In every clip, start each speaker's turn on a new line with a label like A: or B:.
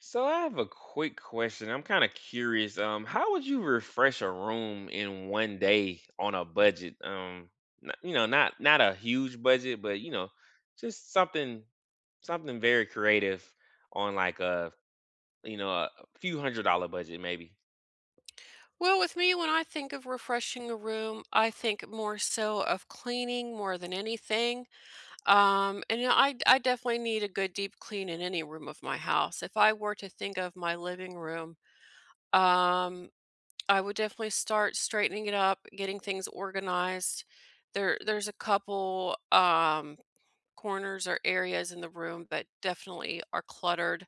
A: So I have a quick question. I'm kind of curious. How would you refresh a room in 1 day on a budget? Not a huge budget, just something very creative on like a you know a few hundred-dollar budget maybe.
B: Well, with me, when I think of refreshing a room, I think more so of cleaning more than anything. And I definitely need a good deep clean in any room of my house. If I were to think of my living room, um, I would definitely start straightening it up, getting things organized. There's a couple corners or areas in the room that definitely are cluttered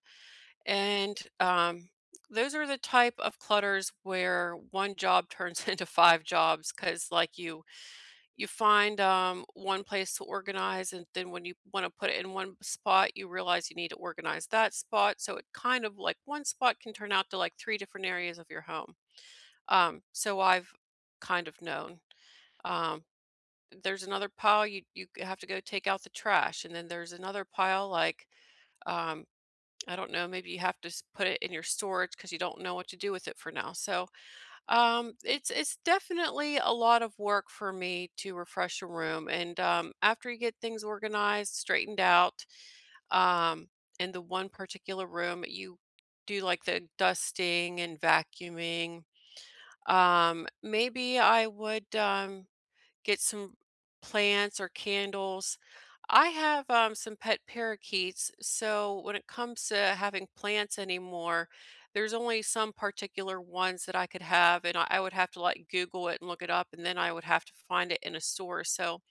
B: and those are the type of clutters where one job turns into five jobs because, like you find one place to organize, and then when you want to put it in one spot, you realize you need to organize that spot. So it kind of like one spot can turn out to like three different areas of your home. So I've kind of known. Um, there's another pile you have to go take out the trash, and then there's another pile like um, I don't know, maybe you have to put it in your storage because you don't know what to do with it for now. So it's definitely a lot of work for me to refresh a room. And after you get things organized, straightened out, um, in the one particular room, you do like the dusting and vacuuming. Maybe I would. Get some plants or candles. I have some pet parakeets, so when it comes to having plants anymore, there's only some particular ones that I could have, and I would have to like Google it and look it up, and then I would have to find it in a store. So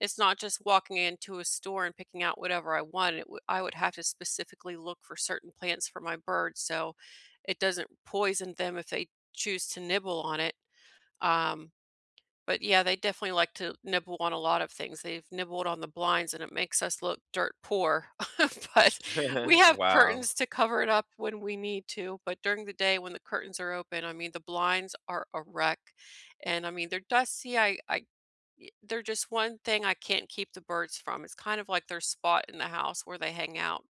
B: it's not just walking into a store and picking out whatever I want. I would have to specifically look for certain plants for my birds, so it doesn't poison them if they choose to nibble on it. Um, but yeah, they definitely like to nibble on a lot of things. They've nibbled on the blinds and it makes us look dirt poor. But we have
A: Wow.
B: curtains to cover it up when we need to. But during the day when the curtains are open, I mean, the blinds are a wreck. And I mean, they're dusty. They're just one thing I can't keep the birds from. It's kind of like their spot in the house where they hang out.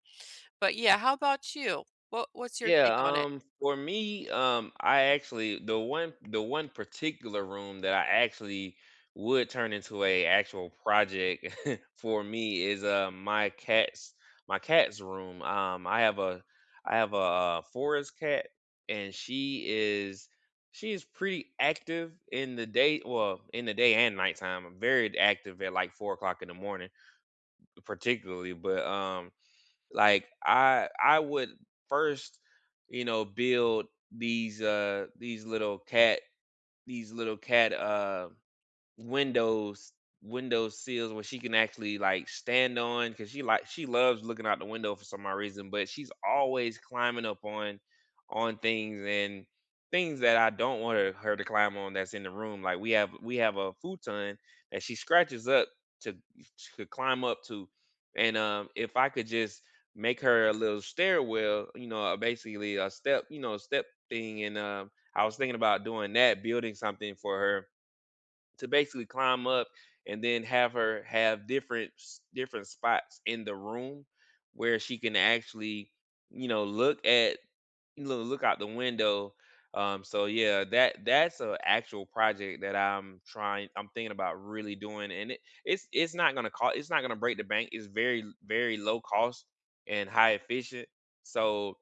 B: But yeah, how about you? What's your
A: Yeah,
B: take on it?
A: for me, I actually the one particular room that I actually would turn into a actual project for me is my cat's room. I have a forest cat, and she is pretty active in the day. Well, in the day and nighttime. I'm very active at like 4 o'clock in the morning, particularly. But like I would first, you know, build these little cat windows, window sills where she can actually like stand on, because she loves looking out the window for some odd reason. But she's always climbing up on things, and things that I don't want her to climb on, that's in the room. Like we have a futon that she scratches up to to climb up to. And if I could just make her a little stairwell, you know, basically a step, you know, step thing. And I was thinking about doing that, building something for her to basically climb up, and then have her have different different spots in the room where she can actually you know look at you know, look out the window. So yeah, that's a actual project that I'm thinking about really doing. And it's not gonna cost. It's not gonna break the bank. It's very low cost and high efficient. So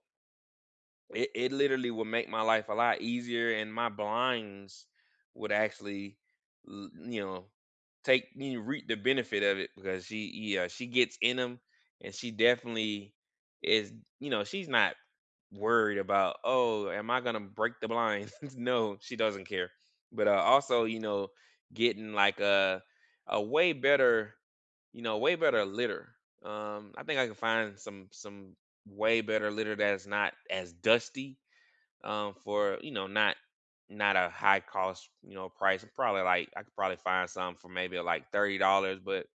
A: it literally would make my life a lot easier, and my blinds would actually, l- you know, take, you know, reap the benefit of it, because she, yeah, she gets in them, and she definitely is, you know, she's not worried about, oh, am I gonna break the blinds? No, she doesn't care. But also, you know, getting like a way better, you know, way better litter. I think I can find some way better litter that's not as dusty, for, you know, not a high cost, you know, price. I'm probably like I could probably find some for maybe like $30. But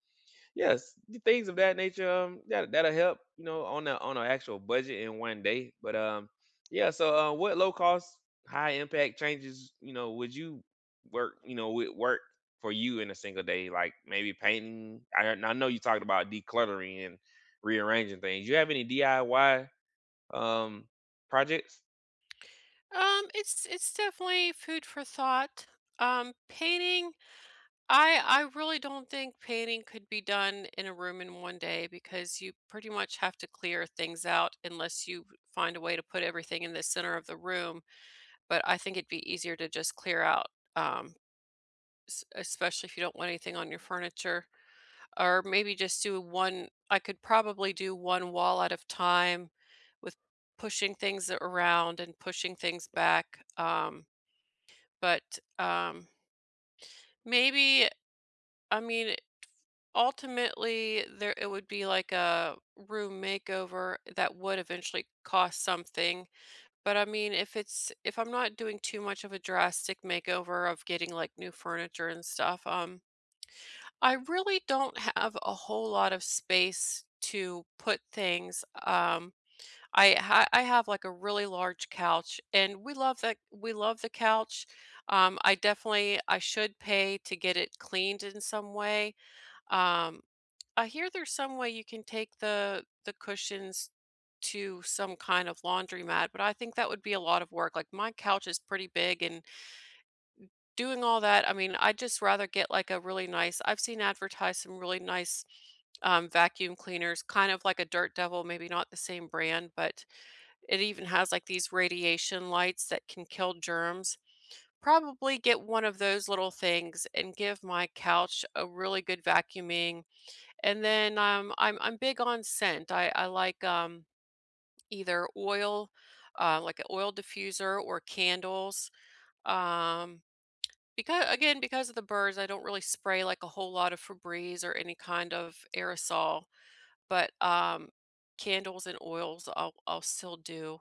A: yes, the things of that nature, that'll help, you know, on the on an actual budget in 1 day. But yeah. So what low cost, high impact changes, you know, would you work you know would work for you in a single day, like maybe painting? I know you talked about decluttering and rearranging things. You have any DIY um projects?
B: It's definitely food for thought. Painting I really don't think painting could be done in a room in one day because you pretty much have to clear things out unless you find a way to put everything in the center of the room. But I think it'd be easier to just clear out, um, especially if you don't want anything on your furniture, or maybe just do one. I could probably do one wall at a time with pushing things around and pushing things back. But um, maybe I mean ultimately, there it would be like a room makeover that would eventually cost something. But I mean, if it's if I'm not doing too much of a drastic makeover of getting like new furniture and stuff, I really don't have a whole lot of space to put things. Um, I have like a really large couch, and we love the couch. I definitely I should pay to get it cleaned in some way. Um, I hear there's some way you can take the cushions to some kind of laundromat, but I think that would be a lot of work. Like my couch is pretty big and doing all that, I mean, I'd just rather get like a really nice, I've seen advertised some really nice vacuum cleaners, kind of like a Dirt Devil, maybe not the same brand, but it even has like these radiation lights that can kill germs. Probably get one of those little things and give my couch a really good vacuuming and then I'm big on scent. I like either oil, like an oil diffuser or candles. Um, because again, because of the birds, I don't really spray like a whole lot of Febreze or any kind of aerosol. But candles and oils, I'll still do.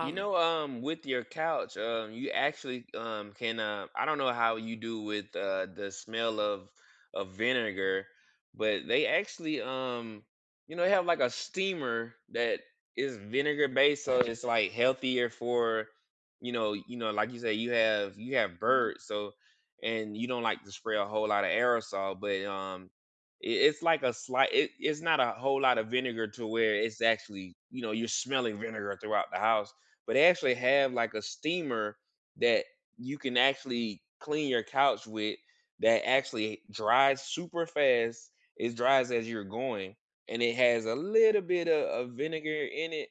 A: You know, with your couch, you actually can, I don't know how you do with the smell of vinegar, but they actually you know have like a steamer that is vinegar based, so it's like healthier for, you know, you know, like you say, you have
B: mhm.
A: birds. So and you don't like to spray a whole lot of aerosol. But it's like a slight. It's not a whole lot of vinegar to where it's actually, you know, you're smelling vinegar throughout the house. But they actually have like a steamer that you can actually clean your couch with, that actually dries super fast. It dries as you're going, and it has a little bit of vinegar in it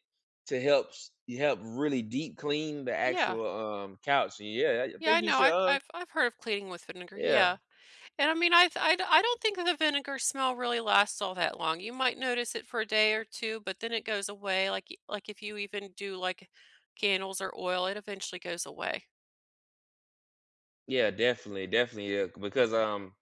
A: to help help really deep clean the
B: Yeah,
A: actual couch. And yeah, I
B: yeah, I
A: think you
B: know.
A: should.
B: I've I've I've heard of cleaning with vinegar.
A: Yeah.
B: Yeah. And I mean, I th I d I don't think the vinegar smell really lasts all that long. You might notice it for a day or two, but then it goes away, like y like, if you even do, like, candles or oil, it eventually goes away.
A: Yeah, definitely, yeah, because, um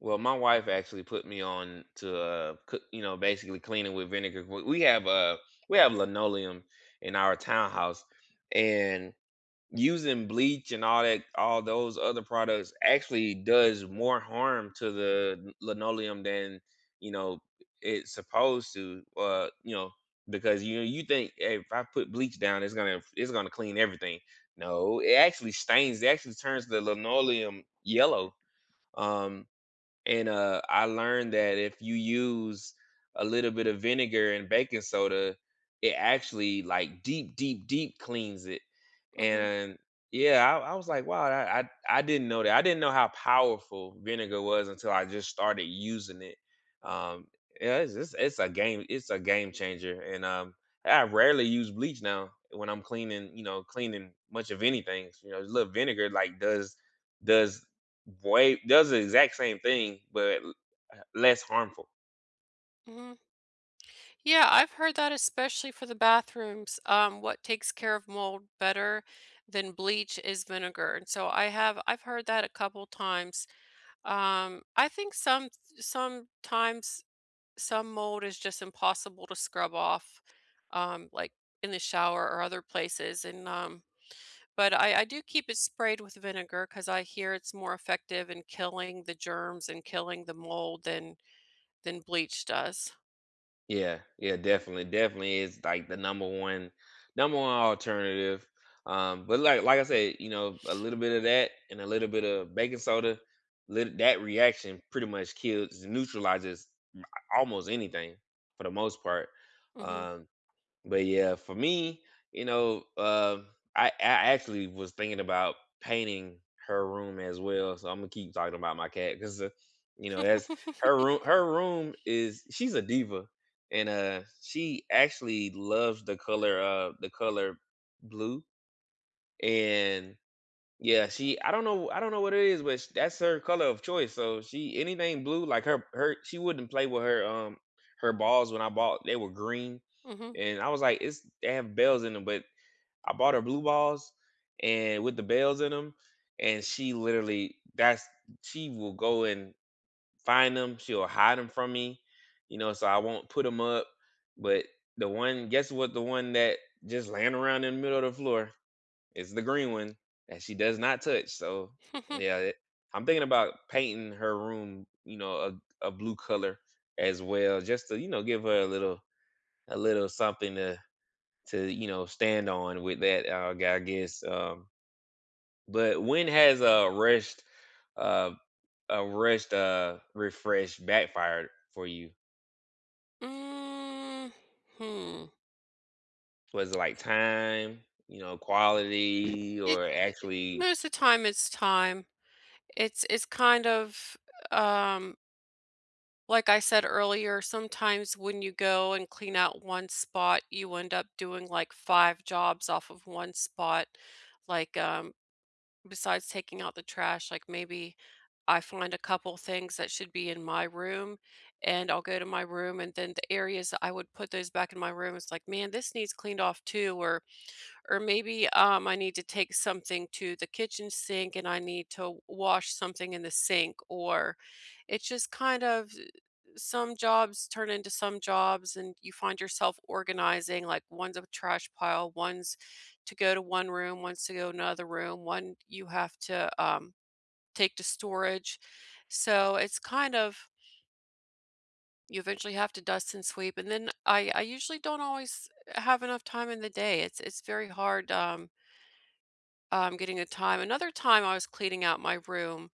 A: well, my wife actually put me on to, cook you know, basically cleaning with vinegar. We we have linoleum in our townhouse, and using bleach and all those other products actually does more harm to the linoleum than, you know, it's supposed to. You know, because you think, "Hey, if I put bleach down, it's gonna clean everything." No, it actually stains. It actually turns the linoleum yellow. um and I learned that if you use a little bit of vinegar and baking soda, it actually like deep cleans it.
B: Mhm,
A: And yeah, I was like, wow, I didn't know that. I didn't know how powerful vinegar was until I just started using it. Um, yeah, it's a game. It's a game changer. And I rarely use bleach now when I'm cleaning. You know, cleaning much of anything. You know, a little vinegar like does does the exact same thing, but l less harmful.
B: mhm. Yeah, I've heard that especially for the bathrooms, what takes care of mold better than bleach is vinegar, and so I've heard that a couple times. I think sometimes some mold is just impossible to scrub off, like in the shower or other places. And but I do keep it sprayed with vinegar because I hear it's more effective in killing the germs and killing the mold than bleach does.
A: Yeah, definitely, is like the number one alternative. But like I said, you know, a little bit of that and a little bit of baking soda, lit that reaction pretty much kills neutralizes almost anything for the most part.
B: Hmm.
A: Um, But yeah, for me, you know, I actually was thinking about painting her room as well. So I'm gonna keep talking about my cat because, you know, that's her room. Her room is, she's a diva, and she actually loves the color blue. And yeah, she, I don't know what it is, but sh that's her color of choice. So she, anything blue, like, her her she wouldn't play with her, her balls when I bought, they were green.
B: Hmm.
A: And I was like, "It's, they have bells in them." But I bought her blue balls, and with the bells in them, and she literally that's she will go and find them. She'll hide them from me, you know, so I won't put them up. But the one that just laying around in the middle of the floor, it's the green one that she does not touch. So yeah, I'm thinking about painting her room, you know, a blue color as well, just to, you know, give her a little something to, you know, stand on with that. I guess. But when has uh a rushed refresh backfired for you?
B: Mm. Hmm.
A: Was it like time, you know, quality, or actually?
B: Most of the time, it's time. It's kind of um like I said earlier, sometimes when you go and clean out one spot, you end up doing like five jobs off of one spot. Like, besides taking out the trash, like maybe I find a couple things that should be in my room, and I'll go to my room, and then the areas that I would put those back in my room, it's like, "Man, this needs cleaned off too," or maybe, I need to take something to the kitchen sink, and I need to wash something in the sink, or it's just kind of some jobs turn into some jobs and you find yourself organizing like one's a trash pile one's to go to one room one's to go to another room one you have to take to storage so it's kind of you eventually have to dust and sweep and then I usually don't always have enough time in the day it's very hard getting a time another time I was cleaning out my room.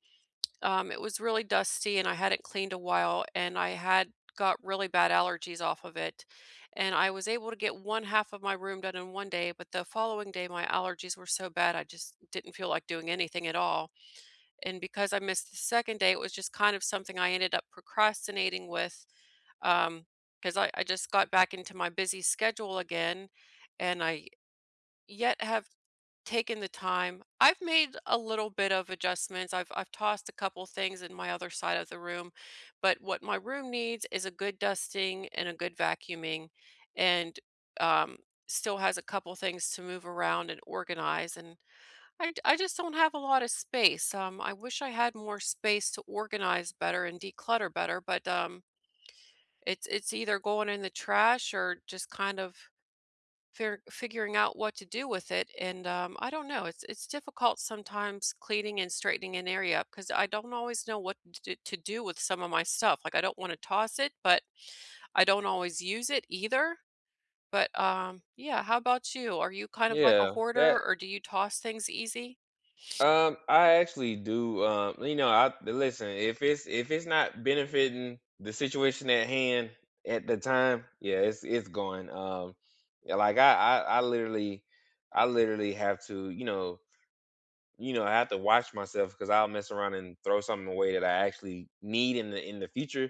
B: It was really dusty and I hadn't cleaned a while and I had got really bad allergies off of it. And I was able to get one half of my room done in one day, but the following day my allergies were so bad I just didn't feel like doing anything at all. And because I missed the second day, it was just kind of something I ended up procrastinating with um because I just got back into my busy schedule again and I yet have taken the time. I've made a little bit of adjustments. I've tossed a couple things in my other side of the room, but what my room needs is a good dusting and a good vacuuming and um still has a couple things to move around and organize and I just don't have a lot of space. I wish I had more space to organize better and declutter better, but it's either going in the trash or just kind of figuring out what to do with it and I don't know it's difficult sometimes cleaning and straightening an area up because I don't always know what to do with some of my stuff like I don't want to toss it but I don't always use it either but yeah how about you are you kind of like a
A: Yeah, that
B: hoarder or do you toss things easy.
A: I actually do. You know, I listen. If it's not benefiting the situation at hand at the time, yeah, it's going. Yeah, like I literally, I literally have to. You know, I have to watch myself because I'll mess around and throw something away that I actually need in the future.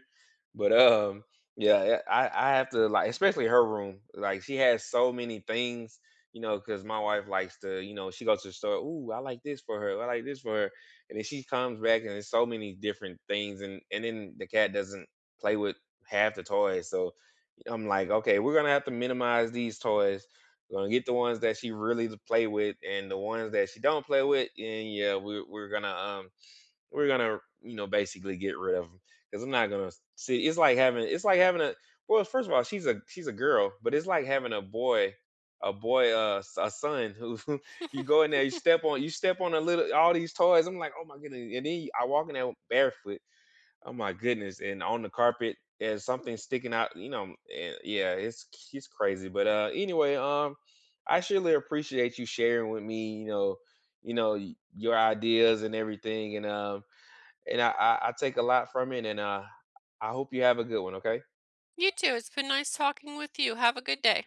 A: But yeah, yeah, I have to, like, especially her room. Like she has so many things, you know, because my wife likes to, you know, she goes to the store. Ooh, I like this for her. I like this for her. And then she comes back, and there's so many different things. And then the cat doesn't play with half the toys. So I'm like, okay, we're gonna have to minimize these toys, we're gonna get the ones that she really play with, and the ones that she don't play with, and yeah, we're gonna, you know, basically get rid of them, because I'm not gonna see. It's like having a, well, first of all, she's a girl. But it's like having a boy, a son who you go in there, you step on a little, all these toys. I'm like, oh my goodness. And then you- I walk in there barefoot. Oh my goodness! And on the carpet, there's something sticking out. You know, and yeah, it's crazy. But anyway, I surely appreciate you sharing with me. You know, your ideas and everything. And and I take a lot from it. And I hope you have a good one. Okay.
B: You too, it's been nice talking with you. Have a good day.